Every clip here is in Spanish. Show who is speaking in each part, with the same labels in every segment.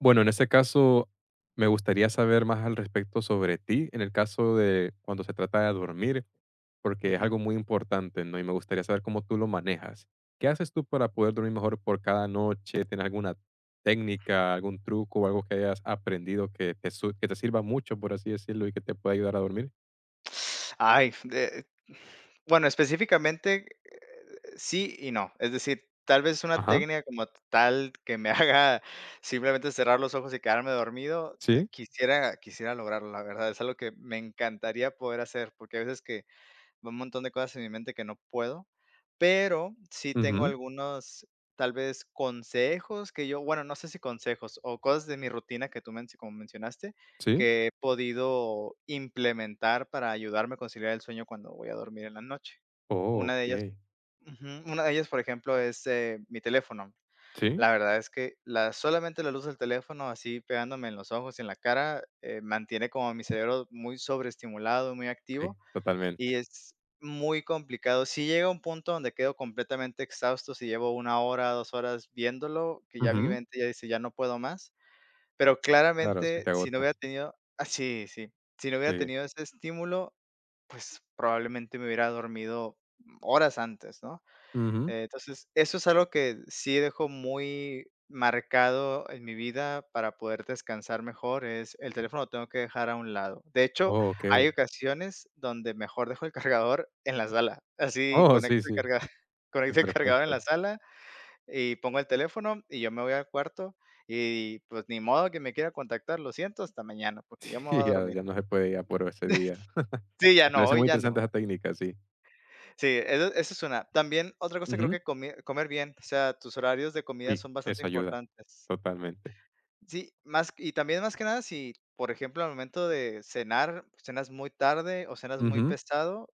Speaker 1: Bueno, en ese caso, me gustaría saber más al respecto sobre ti, en el caso de cuando se trata de dormir, porque es
Speaker 2: Ujú.
Speaker 1: algo muy importante, ¿no? Y me gustaría saber cómo tú lo manejas. ¿Qué haces tú para poder dormir mejor por cada noche? ¿Tienes alguna técnica, algún truco o algo que hayas aprendido que te sirva mucho, por así decirlo, y que te pueda ayudar a dormir?
Speaker 2: Ay, de bueno, específicamente, sí y no. Es decir, tal vez una
Speaker 1: Ajá,
Speaker 2: técnica como tal que me haga simplemente cerrar los ojos y quedarme dormido,
Speaker 1: sí,
Speaker 2: quisiera lograrlo, la verdad, es algo que me encantaría poder hacer, porque a veces que un montón de cosas en mi mente que no puedo, pero sí tengo
Speaker 1: ujú,
Speaker 2: algunos, tal vez, consejos que yo, bueno, no sé si consejos o cosas de mi rutina que tú como mencionaste,
Speaker 1: sí.
Speaker 2: que he podido implementar para ayudarme a conciliar el sueño cuando voy a dormir en la noche.
Speaker 1: Oh,
Speaker 2: Una de ellas,
Speaker 1: ok.
Speaker 2: ujú, una de ellas, por ejemplo, es mi teléfono.
Speaker 1: Sí,
Speaker 2: La verdad es que solamente la luz del teléfono, así pegándome en los ojos y en la cara, mantiene como mi cerebro muy sobreestimulado, muy
Speaker 1: sí,
Speaker 2: activo
Speaker 1: totalmente.
Speaker 2: y es muy complicado. Si llega un punto donde quedo completamente exhausto, si llevo una hora, 2 horas viéndolo, que ya mi
Speaker 1: Ujú.
Speaker 2: mente ya dice: "Ya no puedo más". Pero
Speaker 1: Claro, si
Speaker 2: claramente,
Speaker 1: te
Speaker 2: si no
Speaker 1: agotas.
Speaker 2: hubiera tenido sí, sí. Si no hubiera
Speaker 1: Sí.
Speaker 2: tenido ese estímulo, pues, probablemente me hubiera dormido horas antes, ¿no?
Speaker 1: Ujú.
Speaker 2: Entonces, eso es algo que sí dejo muy marcado en mi vida para poder descansar mejor, es el teléfono lo tengo que dejar a un lado. De hecho,
Speaker 1: Oh,
Speaker 2: hay
Speaker 1: ok.
Speaker 2: ocasiones donde mejor dejo el cargador en la sala. Así
Speaker 1: Oh, sí,
Speaker 2: conecto el
Speaker 1: sí.
Speaker 2: carga
Speaker 1: Ay,
Speaker 2: conecto el cargador en
Speaker 1: perfecto.
Speaker 2: la sala y pongo el teléfono y yo me voy al cuarto y, pues, ni modo que me quiera contactar, lo siento, hasta mañana, porque yo me voy
Speaker 1: Y
Speaker 2: a
Speaker 1: ya
Speaker 2: dormir.
Speaker 1: ya no se puede ir a por ese día.
Speaker 2: Sí, ya
Speaker 1: Me
Speaker 2: no,
Speaker 1: parece
Speaker 2: hoy
Speaker 1: muy
Speaker 2: ya no.
Speaker 1: interesante esa técnica, sí.
Speaker 2: Sí, eso es una. También otra cosa creo
Speaker 1: Ujú.
Speaker 2: que comer bien, o sea, tus horarios de comida
Speaker 1: Sí,
Speaker 2: son bastante
Speaker 1: eso ayuda
Speaker 2: importantes.
Speaker 1: totalmente.
Speaker 2: Sí, más y también más que nada si, por ejemplo, al momento de cenar, cenas muy tarde o cenas muy
Speaker 1: Ujú.
Speaker 2: pesado,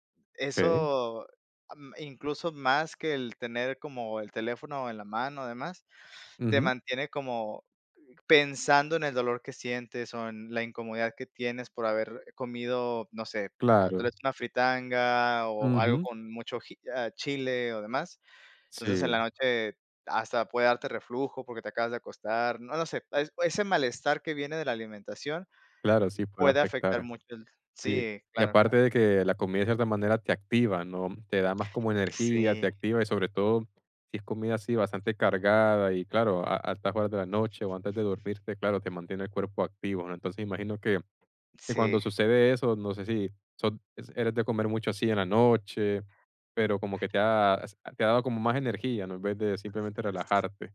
Speaker 1: Okey.
Speaker 2: eso incluso más que el tener como el teléfono en la mano, además, te
Speaker 1: Ujú.
Speaker 2: mantiene como pensando en el dolor que sientes, o en la incomodidad que tienes por haber comido, no sé, tal
Speaker 1: Claro.
Speaker 2: vez una fritanga, o algo
Speaker 1: Ujú.
Speaker 2: con mucho chile o demás. Entonces, en la
Speaker 1: Sí,
Speaker 2: noche hasta puede darte reflujo porque te acabas de acostar, no, no sé, es ese malestar que viene de la alimentación,
Speaker 1: claro, sí puede
Speaker 2: puede afectar
Speaker 1: afectar.
Speaker 2: mucho el.
Speaker 1: Y
Speaker 2: Sí,
Speaker 1: y
Speaker 2: claro,
Speaker 1: aparte
Speaker 2: claro.
Speaker 1: de que la comida de cierta manera te activa, ¿no? Te da más como energía,
Speaker 2: Sí,
Speaker 1: te activa y sobre todo si es comida así bastante cargada y claro, a altas horas de la noche o antes de dormirte, claro, te mantiene el cuerpo activo, ¿no? Entonces imagino que cuando
Speaker 2: sí.
Speaker 1: sucede eso, no sé si eres de comer mucho así en la noche, pero como que te ha dado como más energía, ¿no? En vez de simplemente relajarte.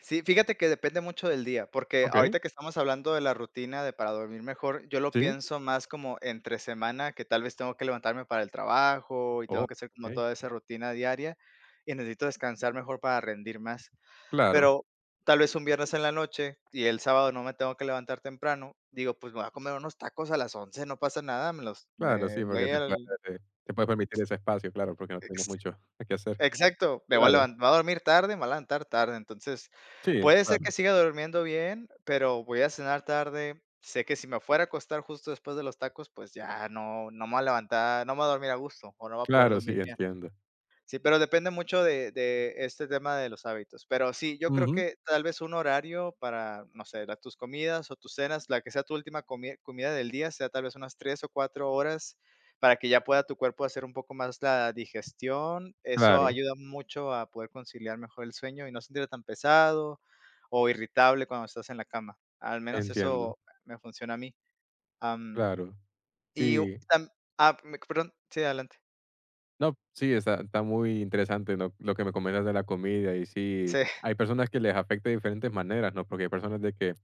Speaker 2: Sí, fíjate que depende mucho del día, porque
Speaker 1: Ok,
Speaker 2: ahorita que estamos hablando de la rutina de para dormir mejor, yo lo
Speaker 1: sí.
Speaker 2: pienso más como entre semana, que tal vez tengo que levantarme para el trabajo y
Speaker 1: Oh,
Speaker 2: tengo que hacer como
Speaker 1: ok.
Speaker 2: toda esa rutina diaria y necesito descansar mejor para rendir más.
Speaker 1: Claro,
Speaker 2: Pero tal vez un viernes en la noche y el sábado no me tengo que levantar temprano, digo, pues me voy a comer unos tacos a las 11, no pasa nada,
Speaker 1: claro,
Speaker 2: me
Speaker 1: sí, porque
Speaker 2: voy al
Speaker 1: eh, te puede permitir ese espacio, claro, porque no tienes mucho que hacer.
Speaker 2: Exacto, me voy a
Speaker 1: Claro,
Speaker 2: levan a dormir tarde, me voy a levantar tarde, entonces,
Speaker 1: sí,
Speaker 2: puede ser que
Speaker 1: claro.
Speaker 2: siga durmiendo bien, pero voy a cenar tarde. Sé que si me fuera a acostar justo después de los tacos, pues ya no me va a levantar, no me va a dormir a gusto, o no va a poder
Speaker 1: Claro,
Speaker 2: dormir
Speaker 1: sí,
Speaker 2: bien.
Speaker 1: entiendo.
Speaker 2: Sí, pero depende mucho de este tema de los hábitos. Pero sí, yo creo
Speaker 1: Ujú.
Speaker 2: que tal vez un horario para, no sé, la tus comidas o tus cenas, la que sea tu última comida del día, sea tal vez unas 3 o 4 horas para que ya pueda tu cuerpo hacer un poco más la digestión. Eso
Speaker 1: Claro,
Speaker 2: ayuda mucho a poder conciliar mejor el sueño y no sentirte tan pesado o irritable cuando estás en la cama. Al menos
Speaker 1: entiendo.
Speaker 2: eso me funciona a mí. Am,
Speaker 1: Claro,
Speaker 2: y u
Speaker 1: sí.
Speaker 2: tam ah, me- Perdón. Sí, adelante.
Speaker 1: No, sí, está muy interesante, ¿no? Lo que me comentas de la comida y sí,
Speaker 2: Sí.
Speaker 1: hay personas que les afecta de diferentes maneras, ¿no? Porque hay personas de que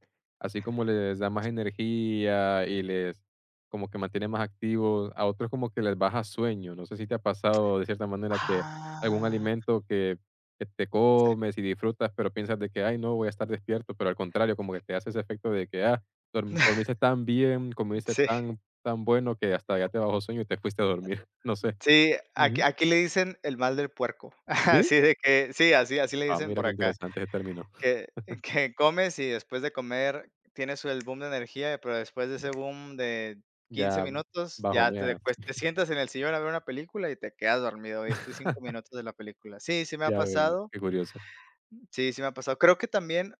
Speaker 1: así como les da más energía y les como que mantiene más activos, a otros como que les baja sueño. No sé si te ha pasado de cierta manera que algún
Speaker 2: Ah,
Speaker 1: alimento que te comes y disfrutas, pero piensas de que, ay, no, voy a estar despierto, pero al contrario, como que te hace ese efecto de que, ah, dormiste tan bien, comiste
Speaker 2: sí.
Speaker 1: tan, tan bueno que hasta ya te bajó sueño y te fuiste a dormir. No sé.
Speaker 2: Sí, aquí
Speaker 1: Ujú.
Speaker 2: aquí le dicen el mal del puerco.
Speaker 1: ¿Sí?
Speaker 2: Así de que sí, así así le
Speaker 1: Ah,
Speaker 2: dicen
Speaker 1: mira
Speaker 2: por
Speaker 1: qué
Speaker 2: acá,
Speaker 1: interesante ese término.
Speaker 2: que que comes y después de comer tienes el boom de energía, pero después de ese boom de 15
Speaker 1: Ya
Speaker 2: minutos ya te
Speaker 1: bajonea,
Speaker 2: pues, te
Speaker 1: sí.
Speaker 2: sientas en el sillón a ver una película y te quedas dormido, viste 5 minutos de la película. Sí, sí me ha
Speaker 1: Ya veo,
Speaker 2: pasado.
Speaker 1: qué curioso.
Speaker 2: Sí, sí me ha pasado. Creo que también,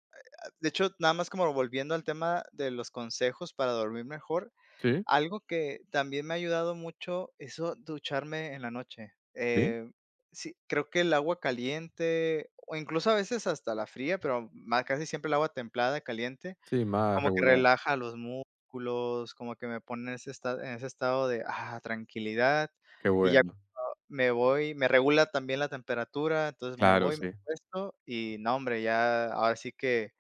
Speaker 2: de hecho, nada más como volviendo al tema de los consejos para dormir mejor,
Speaker 1: Sí,
Speaker 2: algo que también me ha ayudado mucho, es o ducharme en la noche.
Speaker 1: sí,
Speaker 2: Sí, creo que el agua caliente, o incluso a veces hasta la fría, pero más casi siempre el agua templada, caliente,
Speaker 1: sí, más
Speaker 2: como que
Speaker 1: regular.
Speaker 2: relaja los músculos, como que me pone en ese estado, de tranquilidad.
Speaker 1: Qué
Speaker 2: Y ya
Speaker 1: bueno.
Speaker 2: me voy, me regula también la temperatura, entonces me
Speaker 1: Claro,
Speaker 2: voy, me
Speaker 1: sí.
Speaker 2: acuesto y no, hombre, ya ahora sí que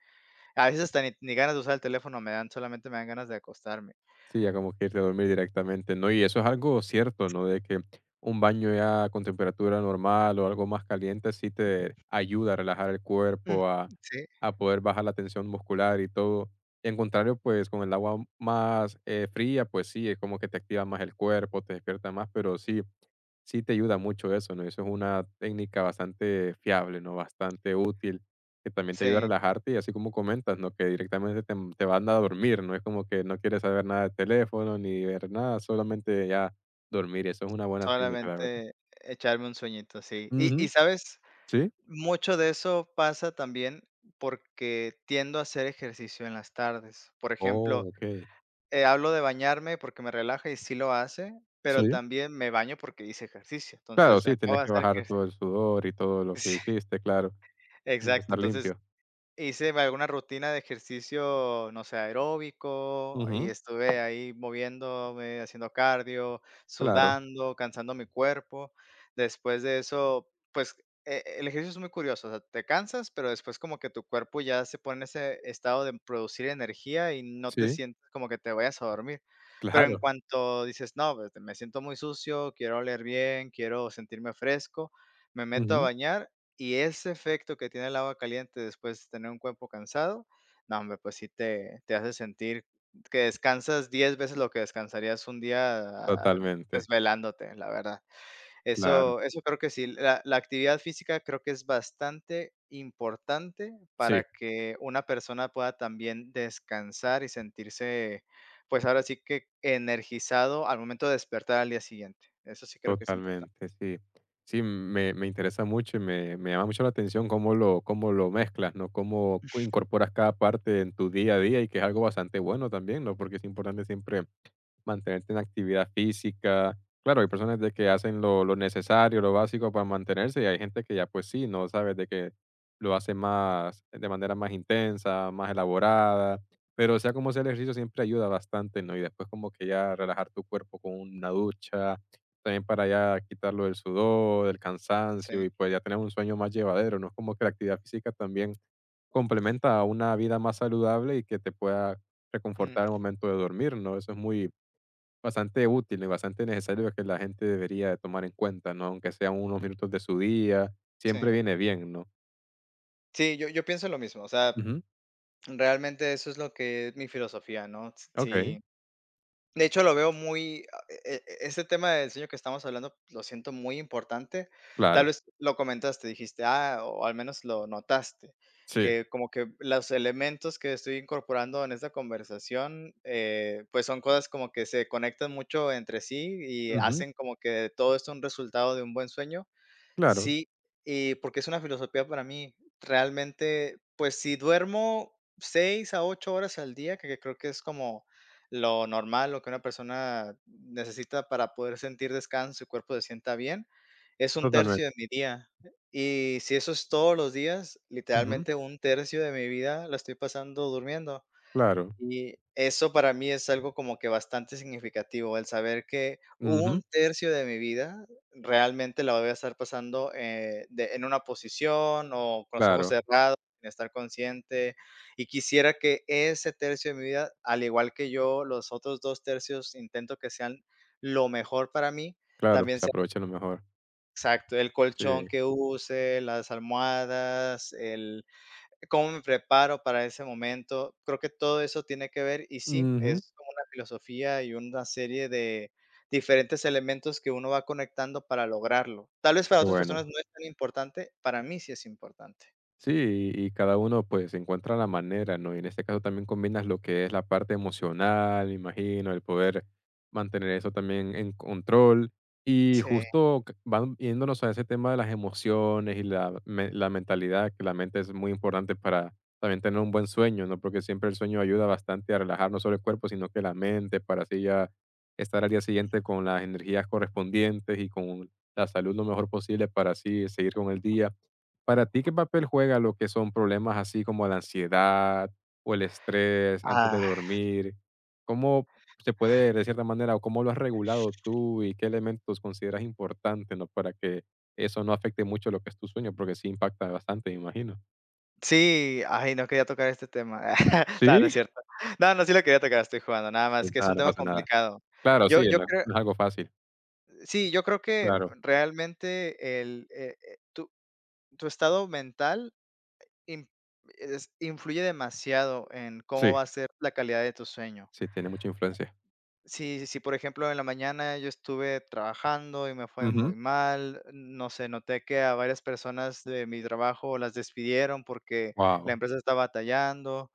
Speaker 2: a veces hasta ni ganas de usar el teléfono me dan, solamente me dan ganas de acostarme.
Speaker 1: Sí, ya como que irte a dormir directamente, ¿no? Y eso es algo cierto, ¿no? De que un baño ya con temperatura normal o algo más caliente sí te ayuda a relajar el
Speaker 2: Mm,
Speaker 1: cuerpo, a,
Speaker 2: sí,
Speaker 1: a poder bajar la tensión muscular y todo. En contrario, pues con el agua más fría, pues sí, es como que te activa más el cuerpo, te despierta más, pero sí, sí te ayuda mucho eso, ¿no? Eso es una técnica bastante fiable, ¿no? Bastante útil, que también te ayuda a
Speaker 2: sí.
Speaker 1: relajarte y así como comentas, ¿no? Que directamente te van a dormir, ¿no? Es como que no quieres saber nada de teléfono ni ver nada, solamente ya dormir. Eso es una buena técnica, la verdad.
Speaker 2: Solamente echarme un sueñito, sí. Y
Speaker 1: Ujú.
Speaker 2: y, ¿sabes?
Speaker 1: Sí.
Speaker 2: Mucho de eso pasa también porque tiendo a hacer ejercicio en las tardes. Por ejemplo,
Speaker 1: Oh, ok.
Speaker 2: hablo de bañarme porque me relaja y sí lo hace, pero
Speaker 1: Sí.
Speaker 2: también me baño porque hice ejercicio.
Speaker 1: Claro,
Speaker 2: Entonces,
Speaker 1: sí,
Speaker 2: acabo
Speaker 1: tenías
Speaker 2: de
Speaker 1: que
Speaker 2: hacer
Speaker 1: bajar
Speaker 2: ejercicio.
Speaker 1: todo el sudor y todo lo que hiciste, claro.
Speaker 2: Exacto.
Speaker 1: Estar
Speaker 2: Entonces,
Speaker 1: limpio.
Speaker 2: hice alguna rutina de ejercicio, no sé, aeróbico, y
Speaker 1: Ujú.
Speaker 2: estuve ahí moviéndome, haciendo cardio,
Speaker 1: Claro.
Speaker 2: sudando, cansando mi cuerpo. Después de eso, pues, el ejercicio es muy curioso, o sea, te cansas, pero después como que tu cuerpo ya se pone en ese estado de producir energía y no te
Speaker 1: Sí,
Speaker 2: sientes como que te vayas a dormir. Pero en
Speaker 1: claro.
Speaker 2: cuanto dices: "No, pues, me siento muy sucio, quiero oler bien, quiero sentirme fresco", me meto a
Speaker 1: Ujú.
Speaker 2: bañar y ese efecto que tiene el agua caliente después de tener un cuerpo cansado, no, hombre, pues sí te hace sentir que descansas 10 veces lo que descansarías un día
Speaker 1: Totalmente.
Speaker 2: desvelándote, la verdad.
Speaker 1: Claro.
Speaker 2: Eso creo que sí, la actividad física creo que es bastante importante
Speaker 1: Sí.
Speaker 2: para que una persona pueda también descansar y sentirse, pues ahora sí que energizado al momento de despertar al día siguiente. Eso sí creo que es importante.
Speaker 1: Totalmente, sí. Sí, me interesa mucho y me llama mucho la atención cómo lo mezclas, ¿no? Incorporas cada parte en tu día a día y que es algo bastante bueno también, ¿no? Porque es importante siempre mantenerte en actividad física. Claro, hay personas de que hacen lo necesario, lo básico para mantenerse, y hay gente que ya pues sí, ¿no? Sabes de que lo hace más, de manera más intensa, más elaborada. Pero sea como sea el ejercicio siempre ayuda bastante, ¿no? Y después como que ya relajar tu cuerpo con una ducha, también para ya quitarlo del sudor, del cansancio,
Speaker 2: Sí.
Speaker 1: y pues ya tener un sueño más llevadero, ¿no? Es como que la actividad física también complementa a una vida más saludable y que te pueda
Speaker 2: Mm,
Speaker 1: reconfortar al momento de dormir, ¿no? Eso es bastante útil y bastante necesario que la gente debería de tomar en cuenta, ¿no? Aunque sean unos minutos de su día, siempre
Speaker 2: sí.
Speaker 1: viene bien, ¿no?
Speaker 2: Sí, yo pienso lo mismo, o sea,
Speaker 1: Ujú,
Speaker 2: realmente eso es lo que es mi filosofía, ¿no?
Speaker 1: okey,
Speaker 2: Sí, de hecho, lo veo muy, ese tema del sueño que estamos hablando, lo siento muy importante. Tal
Speaker 1: claro,
Speaker 2: vez lo comentaste, dijiste, o al menos lo notaste,
Speaker 1: sí,
Speaker 2: que como que los elementos que estoy incorporando en esta conversación, pues, son cosas como que se conectan mucho entre sí y
Speaker 1: ujú,
Speaker 2: hacen como que todo esto un resultado de un buen sueño.
Speaker 1: claro,
Speaker 2: Sí, y porque es una filosofía para mí. Realmente, pues si duermo 6 a 8 horas al día, que creo que es como lo normal, lo que una persona necesita para poder sentir descanso y cuerpo se sienta bien, es un
Speaker 1: totalmente,
Speaker 2: tercio de mi día. Y si eso es todos los días,
Speaker 1: ujú,
Speaker 2: literalmente un tercio de mi vida la estoy pasando durmiendo.
Speaker 1: claro,
Speaker 2: Y eso para mí es algo como que bastante significativo, el saber que
Speaker 1: ujú,
Speaker 2: un tercio de mi vida realmente la voy a estar pasando en una posición o con los ojos
Speaker 1: claro,
Speaker 2: cerrados, sin estar consciente. Y quisiera que ese tercio de mi vida, al igual que yo, los otros dos tercios intento que sean lo mejor para mí,
Speaker 1: claro, que
Speaker 2: también
Speaker 1: se
Speaker 2: sea
Speaker 1: aproveche lo mejor,
Speaker 2: exacto, el
Speaker 1: sí,
Speaker 2: colchón que use, las almohadas, ¿cómo me preparo para ese momento? Creo que todo eso tiene que ver y sí,
Speaker 1: ujú,
Speaker 2: es como una filosofía y una serie de diferentes elementos que uno va conectando para lograrlo. Tal vez para
Speaker 1: qué
Speaker 2: otras
Speaker 1: bueno.
Speaker 2: personas no es tan importante, para mí sí es importante.
Speaker 1: Sí, y cada uno, pues, encuentra la manera, ¿no? Y en este caso también combinas lo que es la parte emocional, me imagino, el poder mantener eso también en control. Y
Speaker 2: Sí.
Speaker 1: justo van yéndonos a ese tema de las emociones y la mentalidad, que la mente es muy importante para también tener un buen sueño, ¿no? Porque siempre el sueño ayuda bastante a relajar no solo el cuerpo, sino que la mente, para así ya estar al día siguiente con las energías correspondientes y con la salud lo mejor posible para así seguir con el día. Para ti, ¿qué papel juega lo que son problemas así como la ansiedad o el estrés antes de
Speaker 2: Ah,
Speaker 1: dormir? ¿Cómo se puede, de cierta manera, o cómo lo has regulado tú y qué elementos consideras importantes, ¿no? Para que eso no afecte mucho lo que es tu sueño, porque sí impacta bastante, me imagino.
Speaker 2: sí, ay, no quería tocar este tema. No, no es
Speaker 1: ¿Sí?
Speaker 2: cierto. No, no, sí lo quería tocar, estoy jugando, nada más que es
Speaker 1: Nada,
Speaker 2: un
Speaker 1: no
Speaker 2: tema
Speaker 1: pasa nada.
Speaker 2: complicado.
Speaker 1: Claro, sí,
Speaker 2: Yo
Speaker 1: no,
Speaker 2: creo
Speaker 1: no es algo fácil.
Speaker 2: sí, yo creo que
Speaker 1: Claro,
Speaker 2: realmente tu estado mental Im es influye demasiado en
Speaker 1: sí,
Speaker 2: cómo va a ser la calidad de tu sueño.
Speaker 1: sí, tiene mucha influencia.
Speaker 2: Si, por ejemplo, en la mañana yo estuve trabajando y me fue
Speaker 1: Wow.
Speaker 2: muy mal, no sé, noté que a varias personas de mi trabajo las despidieron porque la empresa está batallando.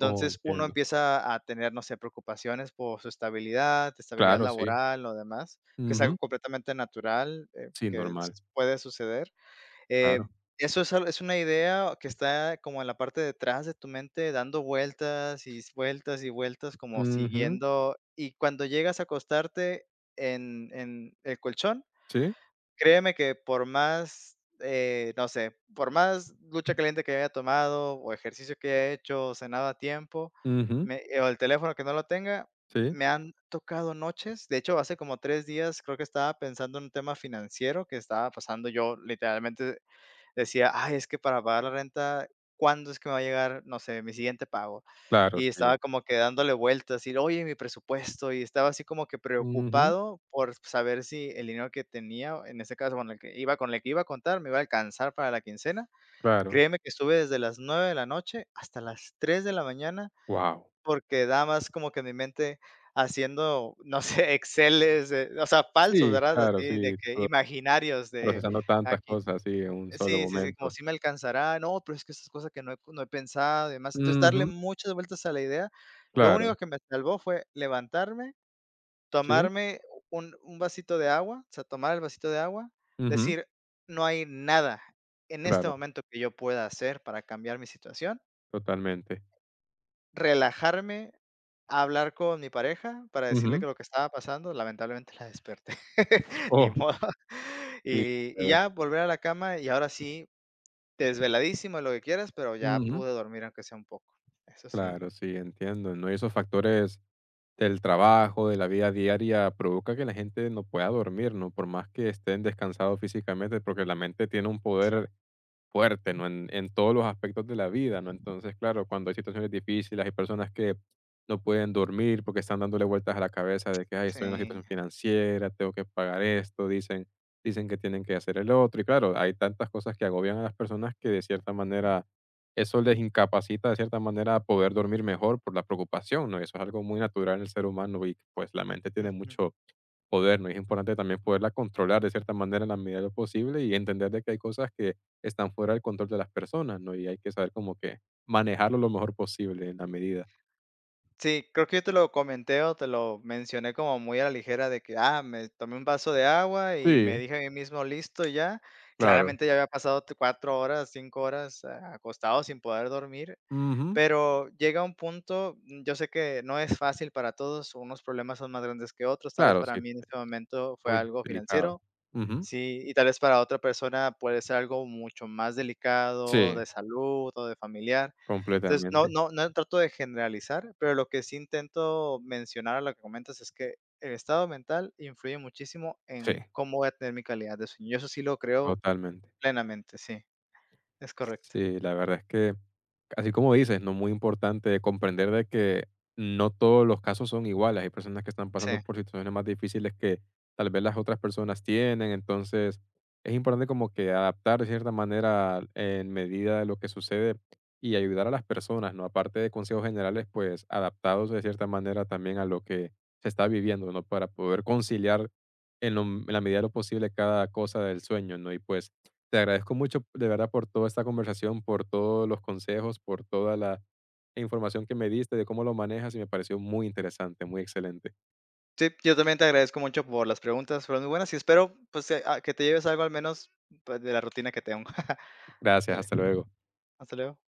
Speaker 1: Oh,
Speaker 2: uno
Speaker 1: entiendo.
Speaker 2: empieza a tener, no sé, preocupaciones por su estabilidad,
Speaker 1: Claro, sí.
Speaker 2: laboral o demás, que es
Speaker 1: Ujú.
Speaker 2: algo completamente natural,
Speaker 1: Sí,
Speaker 2: que
Speaker 1: normal,
Speaker 2: s puede suceder. Eh,
Speaker 1: claro.
Speaker 2: eso es una idea que está como en la parte de atrás de tu mente, dando vueltas, y vueltas, y vueltas, como
Speaker 1: Ujú,
Speaker 2: siguiendo y cuando llegas a acostarte en el colchón,
Speaker 1: sí.
Speaker 2: créeme que por más, no sé, por más lucha caliente que haya tomado, o ejercicio que haya hecho, o cenado a tiempo,
Speaker 1: Ujú.
Speaker 2: me o el teléfono que no lo tenga,
Speaker 1: Sí,
Speaker 2: me han tocado noches. De hecho, hace como 3 días creo que estaba pensando en un tema financiero que estaba pasando, yo literalmente decía: "Ay, es que para pagar la renta, ¿cuándo es que me va a llegar, no sé, mi siguiente pago?".
Speaker 1: claro,
Speaker 2: Y
Speaker 1: sí.
Speaker 2: estaba como que dándole vueltas y, oye, mi presupuesto, y estaba así como que
Speaker 1: Ujú,
Speaker 2: preocupado por saber si el dinero que tenía, en ese caso, bueno, el que iba con el que iba a contar, me iba a alcanzar para la quincena.
Speaker 1: claro.
Speaker 2: Créeme que estuve desde las 9 de la noche hasta las 3 de la mañana,
Speaker 1: Wow.
Speaker 2: porque da más como que en mi mente haciendo, no sé, exceles, o sea, falsos,
Speaker 1: Sí,
Speaker 2: ¿verdad?
Speaker 1: claro,
Speaker 2: Así de
Speaker 1: sí,
Speaker 2: que imaginarios de
Speaker 1: procesando tantas
Speaker 2: aquí.
Speaker 1: cosas así en un solo
Speaker 2: Sí, sí, sí, como
Speaker 1: momento.
Speaker 2: si me alcanzará, no, pero es que esas cosas que no he pensado y demás. Entonces, darle
Speaker 1: Ujú,
Speaker 2: muchas vueltas a la idea. Lo
Speaker 1: claro.
Speaker 2: único que me salvó fue levantarme,
Speaker 1: Sí,
Speaker 2: tomarme un vasito de agua, o sea, tomar el vasito de agua,
Speaker 1: ujú,
Speaker 2: decir: "No hay nada en este
Speaker 1: claro,
Speaker 2: momento que yo pueda hacer para cambiar mi situación",
Speaker 1: totalmente.
Speaker 2: relajarme, hablar con mi pareja para decirle
Speaker 1: Ujú.
Speaker 2: que lo que estaba pasando, lamentablemente la desperté, ni
Speaker 1: Oh,
Speaker 2: modo.
Speaker 1: sí,
Speaker 2: Y
Speaker 1: claro.
Speaker 2: ya volver a la cama y ahora sí. Desveladísimo, lo que quieras, pero ya
Speaker 1: Ujú.
Speaker 2: pude dormir aunque sea un poco. Eso sí.
Speaker 1: Claro, sí, entiendo, ¿no? Y esos factores del trabajo, de la vida diaria, provoca que la gente no pueda dormir, ¿no? Por más que estén descansados físicamente, porque la mente tiene un poder fuerte, ¿no? En todos los aspectos de la vida, ¿no? Entonces, claro, cuando hay situaciones difíciles, hay personas que no pueden dormir porque están dándole vueltas a la cabeza de que, ay, estoy en una
Speaker 2: Sí.
Speaker 1: situación financiera, tengo que pagar esto, dicen, que tienen que hacer el otro. Y claro, hay tantas cosas que agobian a las personas que de cierta manera eso les incapacita de cierta manera a poder dormir mejor por la preocupación, ¿no? Eso es algo muy natural en el ser humano y pues la mente tiene
Speaker 2: Ujú.
Speaker 1: mucho podernos. Y es importante también poderla controlar de cierta manera en la medida de lo posible y entender de que hay cosas que están fuera del control de las personas, ¿no? Y hay que saber como que manejarlo lo mejor posible en la medida.
Speaker 2: Sí, creo que yo te lo comenté o te lo mencioné como muy a la ligera de que, me tomé un vaso de agua y me
Speaker 1: Sí,
Speaker 2: dije a mí mismo: "Listo, ya".
Speaker 1: claro.
Speaker 2: Claramente ya había pasado t 4 horas, 5 horas a acostado sin poder dormir,
Speaker 1: Ujú.
Speaker 2: pero llega un punto, yo sé que no es fácil para todos, unos problemas son más grandes que otros, tal vez
Speaker 1: Claro,
Speaker 2: para
Speaker 1: sí,
Speaker 2: mí en este momento fue
Speaker 1: muy
Speaker 2: algo
Speaker 1: delicado.
Speaker 2: financiero.
Speaker 1: Ujú.
Speaker 2: Sí, y tal vez para otra persona puede ser algo mucho más delicado,
Speaker 1: Sí,
Speaker 2: de salud o de familiar. Entonces, no
Speaker 1: completamente.
Speaker 2: no no trato de generalizar, pero lo que sí intento mencionar a lo que comentas es que el estado mental influye muchísimo
Speaker 1: Sí,
Speaker 2: en cómo voy a tener mi calidad de sueño. Yo eso sí lo creo
Speaker 1: totalmente.
Speaker 2: plenamente, sí, es correcto.
Speaker 1: Sí, la verdad es que, así como dices, no muy importante comprender de que no todos los casos son iguales. Hay personas que están pasando
Speaker 2: Sí.
Speaker 1: por situaciones más difíciles que tal vez las otras personas tienen. Entonces, es importante como que adaptar de cierta manera en medida de lo que sucede y ayudar a las personas, ¿no? Aparte de consejos generales, pues adaptados de cierta manera también a lo que se está viviendo, ¿no? Para poder conciliar en la medida de lo posible cada cosa del sueño, ¿no? Y pues te agradezco mucho, de verdad, por toda esta conversación, por todos los consejos, por toda la información que me diste de cómo lo manejas y me pareció muy interesante, muy excelente.
Speaker 2: Sí, yo también te agradezco mucho por las preguntas, fueron muy buenas y espero, pues, que te lleves algo al menos, pues, de la rutina que tengo.
Speaker 1: Gracias,
Speaker 2: Dale,
Speaker 1: hasta luego.
Speaker 2: hasta luego.